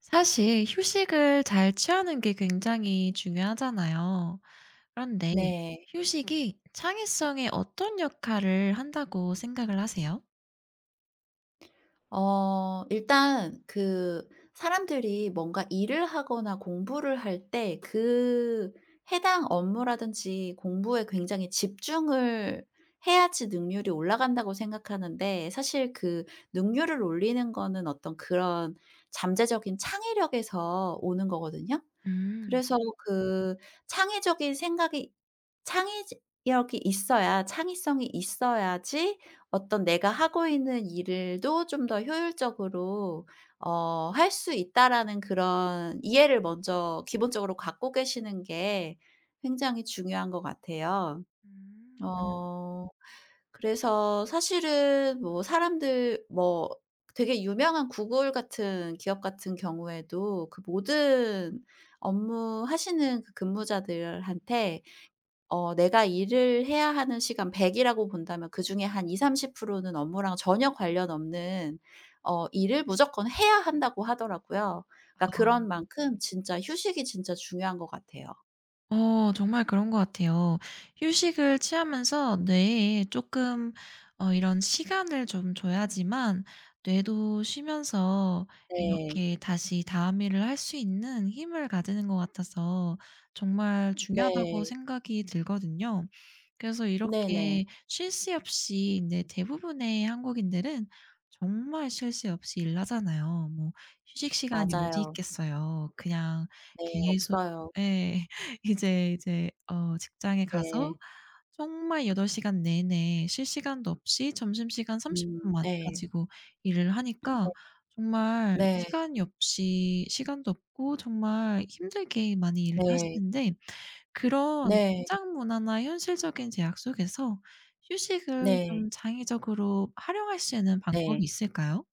사실 휴식을 잘 취하는 게 굉장히 중요하잖아요. 그런데 네. 휴식이 창의성에 어떤 역할을 한다고 생각을 하세요? 일단 사람들이 뭔가 일을 하거나 공부를 할 때 해당 업무라든지 공부에 굉장히 집중을 해야지 능률이 올라간다고 생각하는데, 사실 능률을 올리는 거는 어떤 그런 잠재적인 창의력에서 오는 거거든요. 음. 그래서 그 창의적인 생각이, 창의 력이 있어야, 창의성이 있어야지 어떤 내가 하고 있는 일을도 좀 더 효율적으로 할 수 있다라는 그런 이해를 먼저 기본적으로 갖고 계시는 게 굉장히 중요한 것 같아요. 음. 어. 그래서 사실은 뭐 사람들, 뭐 되게 유명한 구글 같은 기업 같은 경우에도 그 모든 업무하시는 그 근무자들한테 내가 일을 해야 하는 시간 100 이라고 본다면 그중에 한 20-30%는 업무랑 전혀 관련 없는 일을 무조건 해야 한다고 하더라고요. 그러니까 그런 만큼 진짜 휴식이 진짜 중요한 것 같아요. 정말 그런 것 같아요. 휴식을 취하면서 뇌에 조금 이런 시간을 좀 줘야지만 뇌도 쉬면서 네. 이렇게 다시 다음 일을 할 수 있는 힘을 가지는 것 같아서 정말 중요하다고 네. 생각이 들거든요. 그래서 네네. 이렇게 쉴 새 없이 근제 대부분의 한국인들은 정말 쉴 새 없이 일을 하잖아요. 뭐 휴식 시간이 어디 맞아요. 있겠어요. 그냥 네. 계속. 없어요. 예. 이제 직장에 가서 네. 정말 8시간 시간 내내 쉴 시간도 없이 점심시간 음. 30분 분만 네. 가지고 일을 하니까 정말 네. 시간이 없이 시간도 없고 정말 힘들게 많이 일을 네. 하시는데 그런 네. 직장 문화나 현실적인 제약 속에서 휴식을 네. 좀 장의적으로 활용할 수 있는 방법이 네. 있을까요?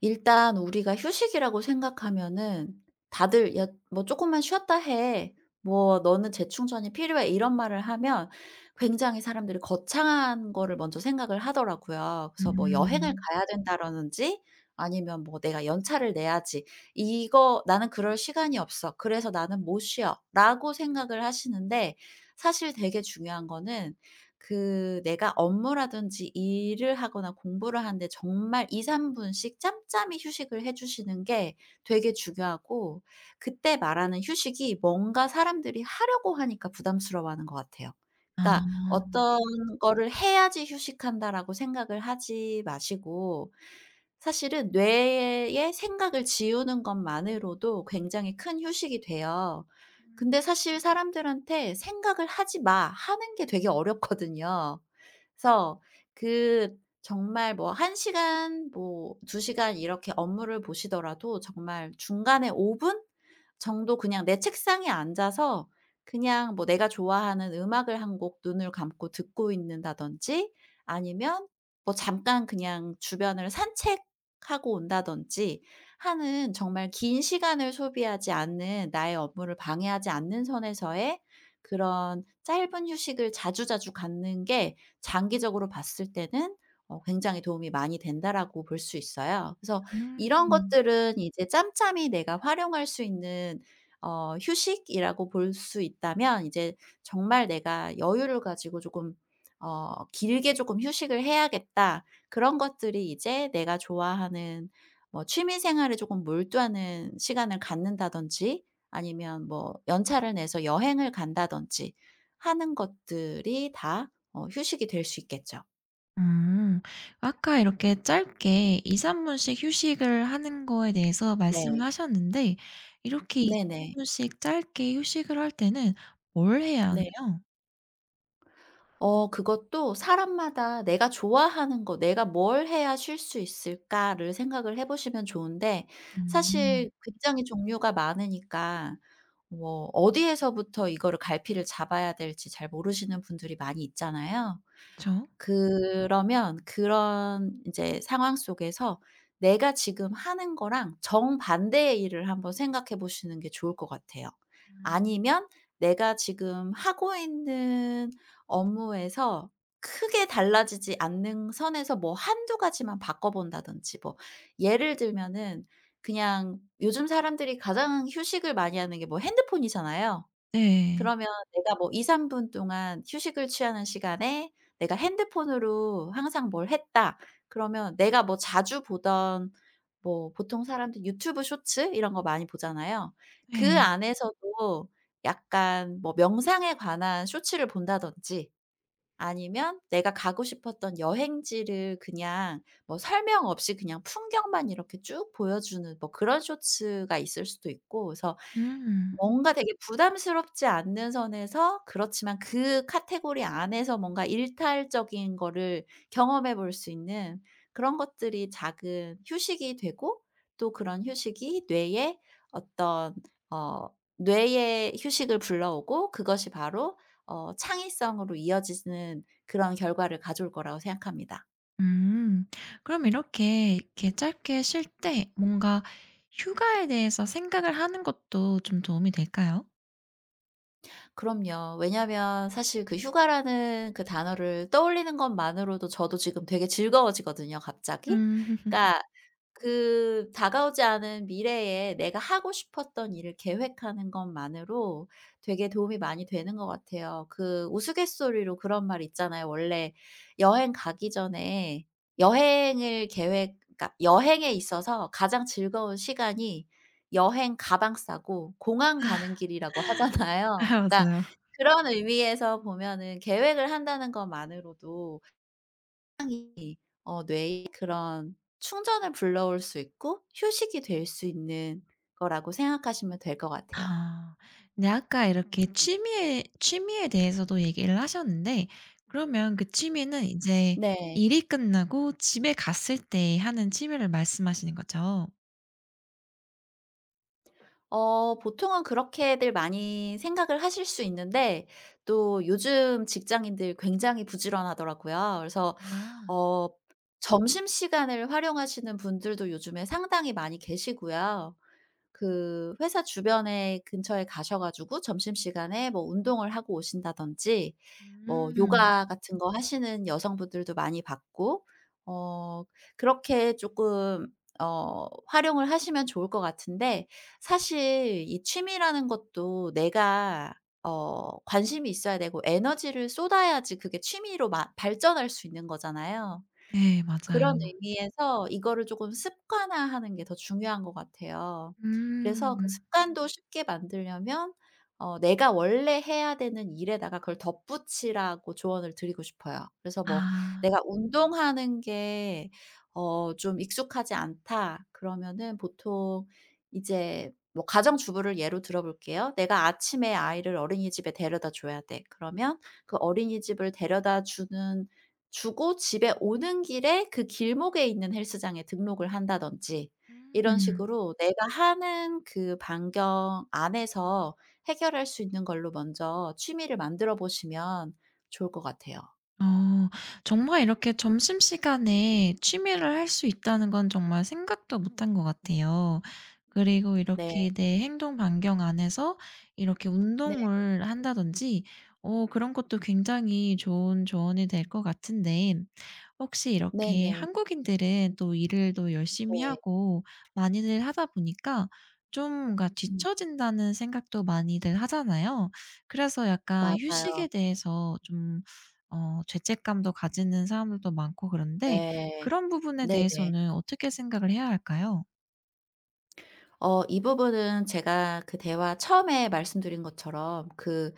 일단 우리가 휴식이라고 생각하면은 다들 "야 뭐 조금만 쉬었다 해. 뭐 너는 재충전이 필요해." 이런 말을 하면 굉장히 사람들이 거창한 거를 먼저 생각을 하더라고요. 그래서 뭐 여행을 음. 가야 된다라든지, 아니면 뭐 '내가 연차를 내야지. 이거 나는 그럴 시간이 없어. 그래서 나는 못 쉬어.'라고 생각을 하시는데, 사실 되게 중요한 거는 내가 업무라든지 일을 하거나 공부를 하는데 정말 2-3 분씩 짬짬이 휴식을 해 주시는 게 되게 중요하고, 그때 말하는 휴식이 뭔가 사람들이 하려고 하니까 부담스러워하는 것 같아요. 아. 그러니까 어떤 거를 '해야지 휴식한다.'라고 생각을 하지 마시고, 사실은 뇌의 생각을 지우는 것만으로도 굉장히 큰 휴식이 돼요. 근데 사실 사람들한테 "생각을 하지 마." 하는 게 되게 어렵거든요. 그래서 그 정말 뭐 1 시간, 뭐 2 시간 이렇게 업무를 보시더라도 정말 중간에 5분 정도 그냥 내 책상에 앉아서 그냥 뭐 내가 좋아하는 음악을 한 곡 눈을 감고 듣고 있는다든지, 아니면 뭐 잠깐 그냥 주변을 산책하고 온다든지 하는, 정말 긴 시간을 소비하지 않는, 나의 업무를 방해하지 않는 선에서의 그런 짧은 휴식을 자주자주 갖는 게 장기적으로 봤을 때는 굉장히 도움이 많이 된다라고 볼 수 있어요. 그래서 이런 음. 것들은 이제 짬짬이 내가 활용할 수 있는 휴식이라고 볼 수 있다면, 이제 정말 내가 여유를 가지고 조금 '길게 조금 휴식을 해야겠다.' 그런 것들이 이제 내가 좋아하는 뭐 취미 생활에 조금 몰두하는 시간을 갖는다든지, 아니면 뭐 연차를 내서 여행을 간다든지 하는 것들이 다 휴식이 될 수 있겠죠. 음. 아까 이렇게 짧게 2~3분 분씩 휴식을 하는 거에 대해서 말씀을 네. 하셨는데 이렇게 네네. 2~3분 분씩 짧게 휴식을 할 때는 뭘 해야 네. 하나요? 그것도 사람마다 '내가 좋아하는 거, 내가 뭘 해야 쉴 수 있을까?'를 생각을 해 보시면 좋은데, 음. 사실 굉장히 종류가 많으니까 뭐 어디에서부터 이거를 갈피를 잡아야 될지 잘 모르시는 분들이 많이 있잖아요. 그쵸. 그러면 그런 이제 상황 속에서 내가 지금 하는 거랑 정반대의 일을 한번 생각해 보시는 게 좋을 것 같아요. 음. 아니면 내가 지금 하고 있는 업무에서 크게 달라지지 않는 선에서 뭐 한두 가지만 바꿔 본다든지, 뭐 예를 들면은 그냥 요즘 사람들이 가장 휴식을 많이 하는 게 뭐 핸드폰이잖아요. 네. 그러면 내가 뭐 2-3분 동안 휴식을 취하는 시간에 내가 핸드폰으로 항상 뭘 했다. 그러면 내가 뭐 자주 보던, 뭐 보통 사람들 유튜브 쇼츠 이런 거 많이 보잖아요. 그 네. 안에서도 약간 뭐 명상에 관한 쇼츠를 본다든지, 아니면 내가 가고 싶었던 여행지를 그냥 뭐 설명 없이 그냥 풍경만 이렇게 쭉 보여주는 뭐 그런 쇼츠가 있을 수도 있고. 그래서 음. 뭔가 되게 부담스럽지 않는 선에서, 그렇지만 그 카테고리 안에서 뭔가 일탈적인 거를 경험해 볼 수 있는 그런 것들이 작은 휴식이 되고, 또 그런 휴식이 뇌에 어떤 어 뇌의 휴식을 불러오고, 그것이 바로 창의성으로 이어지는 그런 결과를 가져올 거라고 생각합니다. 음. 그럼 이렇게 짧게 쉴 때 뭔가 휴가에 대해서 생각을 하는 것도 좀 도움이 될까요? 그럼요. 왜냐면 사실 그 휴가라는 그 단어를 떠올리는 것만으로도 저도 지금 되게 즐거워지거든요, 갑자기. 음. 그러니까 그 다가오지 않은 미래에 내가 하고 싶었던 일을 계획하는 것만으로 되게 도움이 많이 되는 것 같아요. 그 우스갯소리로 그런 말 있잖아요. 원래 여행 가기 전에 여행을 계획, 그러니까 여행에 있어서 가장 즐거운 시간이 여행 가방 싸고 공항 가는 길이라고 하잖아요. 아, 그러니까 맞아요. 그런 의미에서 보면은 계획을 한다는 것만으로도 뇌의 그런 충전을 불러올 수 있고 휴식이 될 수 있는 거라고 생각하시면 될 것 같아요. 아. 근데 아까 이렇게 취미에 대해서도 얘기를 하셨는데 그러면 그 취미는 이제 네. 일이 끝나고 집에 갔을 때 하는 취미를 말씀하시는 거죠? 보통은 그렇게들 많이 생각을 하실 수 있는데, 또 요즘 직장인들 굉장히 부지런하더라고요. 그래서 아. 어 점심시간을 활용하시는 분들도 요즘에 상당히 많이 계시고요. 그 회사 주변에, 근처에 가셔 가지고 점심시간에 뭐 운동을 하고 오신다든지, 뭐 음. 요가 같은 거 하시는 여성분들도 많이 봤고. 어 그렇게 쪼끔 활용을 하시면 좋을 것 같은데, 사실 이 취미라는 것도 내가 관심이 있어야 되고 에너지를 쏟아야지 그게 취미로 마 발전할 수 있는 거잖아요. 네, 그런 맞아요. 의미에서 이거를 조금 습관화하는 게 더 중요한 것 같아요. 그래서 그 음. 습관도 쉽게 만들려면 내가 원래 해야 되는 일에다가 그걸 덧붙이라고 조언을 드리고 싶어요. 그래서 뭐 아. "내가 운동하는 게 좀 익숙하지 않다." 그러면은 보통, 이제 뭐 가정주부를 예로 들어 볼게요. "내가 아침에 아이를 어린이집에 데려다 줘야 돼." 그러면 그 어린이집을 데려다 주는 주고 집에 오는 길에 그 길목에 있는 헬스장에 등록을 한다든지, 이런 음. 식으로 내가 하는 그 반경 안에서 해결할 수 있는 걸로 먼저 취미를 만들어 보시면 좋을 것 같아요. 어. 정말 이렇게 점심시간에 취미를 할 수 있다는 건 정말 생각도 못한 것 같아요. 그리고 네. 이렇게 내 행동 반경 안에서 이렇게 네. 운동을 한다든지 그런 것도 굉장히 좋은 조언이 될 것 같은데 혹시 이렇게 네네. 한국인들은 또 일을 또 열심히 네. 하고 많이들 하다 보니까 좀 뭔가 음 뒤처진다는 생각도 많이들 하잖아요. 그래서 약간 휴식에 맞아요. 대해서 좀 죄책감도 가지는 사람들도 많고 그런데 네. 그런 부분에 네네. 대해서는 어떻게 생각을 해야 할까요? 이 부분은 제가 그 대화 처음에 말씀드린 것처럼 그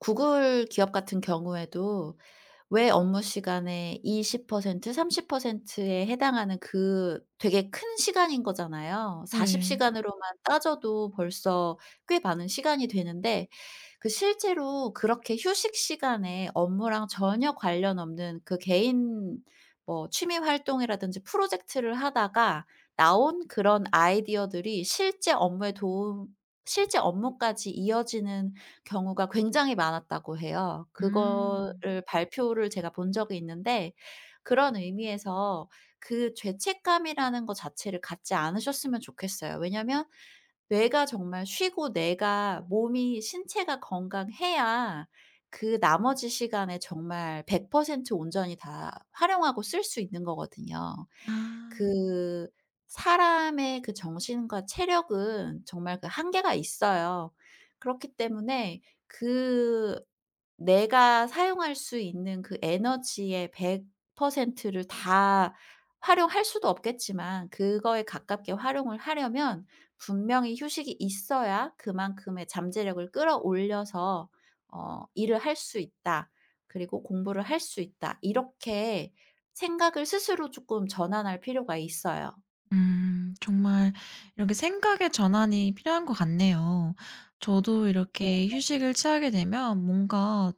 구글 기업 같은 경우에도 왜 업무 시간의 20% 30%에 해당하는 그 되게 큰 시간인 거잖아요. 40 네. 시간으로만 따져도 벌써 꽤 많은 시간이 되는데, 그 실제로 그렇게 휴식 시간에 업무랑 전혀 관련 없는 그 개인 뭐 취미 활동이라든지 프로젝트를 하다가 나온 그런 아이디어들이 실제 업무에 도움 실제 업무까지 이어지는 경우가 굉장히 많았다고 해요. 음. 그거를 발표를 제가 본 적이 있는데, 그런 의미에서 그 죄책감이라는 거 자체를 갖지 않으셨으면 좋겠어요. 왜냐면 뇌가 정말 쉬고 내가 몸이, 신체가 건강해야 그 나머지 시간에 정말 100% 온전히 다 활용하고 쓸 수 있는 거거든요. 아. 그 사람의 그 정신과 체력은 정말 그 한계가 있어요. 그렇기 때문에 그 내가 사용할 수 있는 그 에너지의 100%를 다 활용할 수도 없겠지만, 그거에 가깝게 활용을 하려면 분명히 휴식이 있어야 그만큼의 잠재력을 끌어올려서 '일을 할 수 있다. 그리고 공부를 할 수 있다.' 이렇게 생각을 스스로 쪼끔 전환할 필요가 있어요. 정말 이렇게 생각의 전환이 필요한 것 같네요. 저도 이렇게 휴식을 취하게 되면 뭔가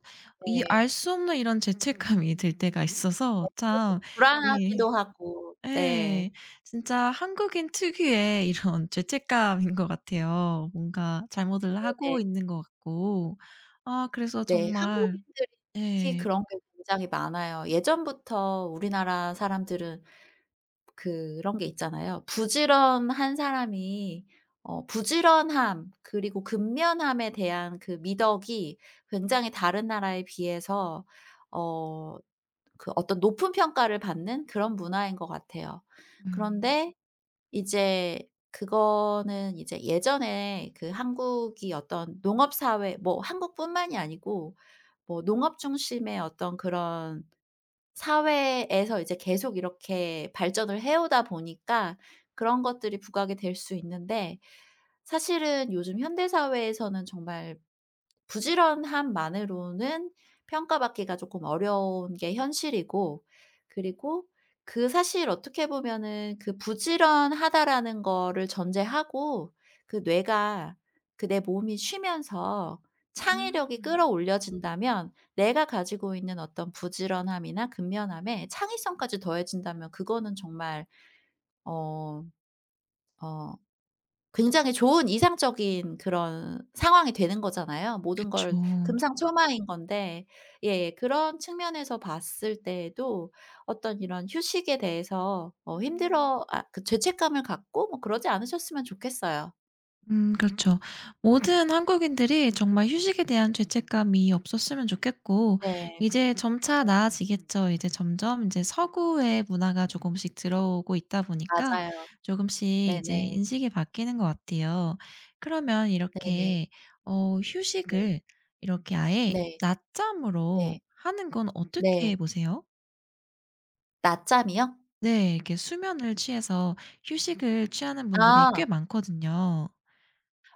이 네네. 알 수 없는 이런 죄책감이 들 때가 있어서 참. 예. 불안하기도 하고. 예. 네. 진짜 한국인 특유의 이런 죄책감인 것 같아요. 뭔가 잘못을 하고 네네. 있는 것 같고. 아, 그래서 네. 정말. 한국인들이 특히 예. 그런 게 굉장히 많아요. 예전부터 우리나라 사람들은 그런 게 있잖아요. 부지런한 사람이 부지런함 그리고 근면함에 대한 그 미덕이 굉장히 다른 나라에 비해서 어 어떤 높은 평가를 받는 그런 문화인 것 같아요. 음. 그런데 이제 그거는 이제 예전에 그 한국이 어떤 농업 사회, 뭐 한국뿐만이 아니고 뭐 농업 중심의 어떤 그런 사회에서 이제 계속 이렇게 발전을 해 오다 보니까 그런 것들이 부각이 될 수 있는데, 사실은 요즘 현대 사회에서는 정말 부지런함만으로는 평가받기가 조금 어려운 게 현실이고. 그리고 그 사실 어떻게 보면은 그 부지런하다라는 거를 전제하고 그 뇌가, 그 내 몸이 쉬면서 창의력이 음. 끌어올려진다면, 내가 가지고 있는 어떤 부지런함이나 근면함에 창의성까지 더해진다면 그거는 정말 어어 굉장히 좋은 이상적인 그런 상황이 되는 거잖아요. 모든 그쵸. 걸 금상첨화인 건데. 예, 그런 측면에서 봤을 때에도 어떤 이런 휴식에 대해서, 어 음. 힘들어 아 그 죄책감을 갖고 뭐 그러지 않으셨으면 좋겠어요. 그렇죠. 모든 한국인들이 정말 휴식에 대한 죄책감이 없었으면 좋겠고 네. 이제 점차 나아지겠죠. 이제 점점 이제 서구의 문화가 조금씩 들어오고 있다 보니까 맞아요. 조금씩 이제 네네. 인식이 바뀌는 것 같아요. 그러면 네네. 이렇게 네. 휴식을 이렇게 아예 네. 낮잠으로 네. 하는 건 어떻게 네. 보세요? 낮잠이요? 네. 이렇게 수면을 취해서 휴식을 취하는 분들이 꽤 아 많거든요.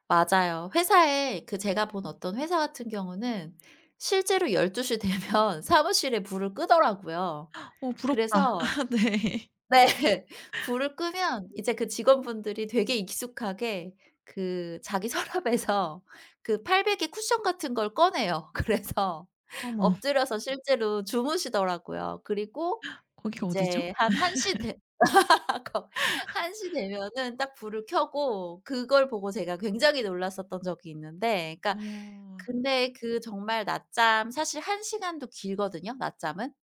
맞아요. 회사에 그 제가 본 어떤 회사 같은 경우는 실제로 12시 되면 사무실에 불을 끄더라고요. 어, 부럽다. 그래서 네. 네. 불을 끄면 이제 그 직원분들이 되게 익숙하게 그 자기 서랍에서 그 팔베개 쿠션 같은 걸 꺼내요. 그래서 어머. 엎드려서 실제로 주무시더라고요. 그리고 거기가 어디죠? 이제 한 1시 되 거 한 시 되면은 딱 불을 켜고. 그걸 보고 제가 굉장히 놀랐었던 적이 있는데, 그러니까 어. 근데 그 정말 낮잠 사실 1 시간도 길거든요, 낮잠은.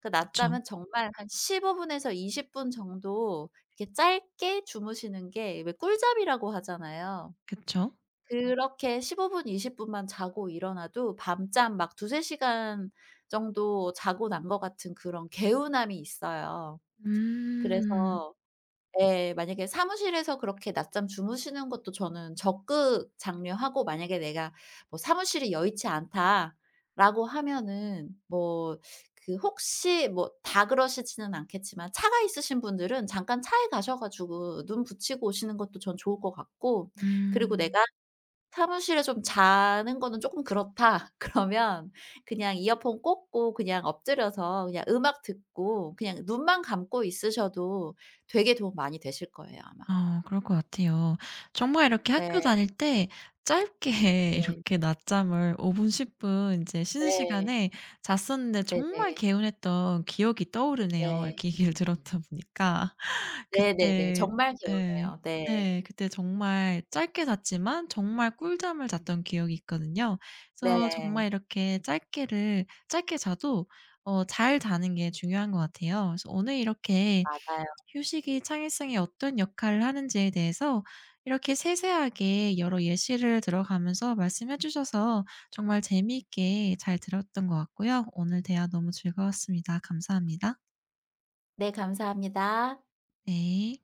그 그쵸. 낮잠은 정말 한 15 분에서 20분 정도 이렇게 짧게 주무시는 게 왜 꿀잠이라고 하잖아요. 그쵸. 그렇게 15 분, 20 분만 자고 일어나도 밤잠 막 2, 3 시간 정도 자고 난 것 같은 그런 개운함이 있어요. 음. 그래서 예, 만약에 사무실에서 그렇게 낮잠 주무시는 것도 저는 적극 장려하고, 만약에 내가 뭐 "사무실이 여의치 않다."라고 하면은 뭐 그 혹시 뭐 다 그러시지는 않겠지만 차가 있으신 분들은 잠깐 차에 가셔 가지고 눈 붙이고 오시는 것도 전 좋을 것 같고. 그리고 음. 내가 사무실에 좀 자는 거는 쪼끔 그렇다 그러면 그냥 이어폰 꽂고 그냥 엎드려서 그냥 음악 듣고 그냥 눈만 감고 있으셔도 되게 도움 많이 되실 거예요 아마. 아, 그럴 것 같아요. 정말 이렇게 네. 학교 다닐 때 짧게 네. 이렇게 낮잠을 5분 10분 이제 쉬는 네. 시간에 잤었는데 정말 네네. 개운했던 기억이 떠오르네요, 네. 이렇게 얘기를 들었다 보니까. 네네네. 그때. 정말 예. 개운해요. 네. 네. 그때 정말 짧게 잤지만 정말 꿀잠을 잤던 기억이 있거든요. 그래서 정말 네. 이렇게 짧게 자도 잘 자는 게 중요한 것 같아요. 그래서 오늘 이렇게 맞아요. 휴식이 창의성에 어떤 역할을 하는지에 대해서 이렇게 세세하게 여러 예시를 들어가면서 말씀해 주셔서 정말 재미있게 잘 들었던 것 같고요. 오늘 대화 너무 즐거웠습니다. 감사합니다. 네 감사합니다. 네.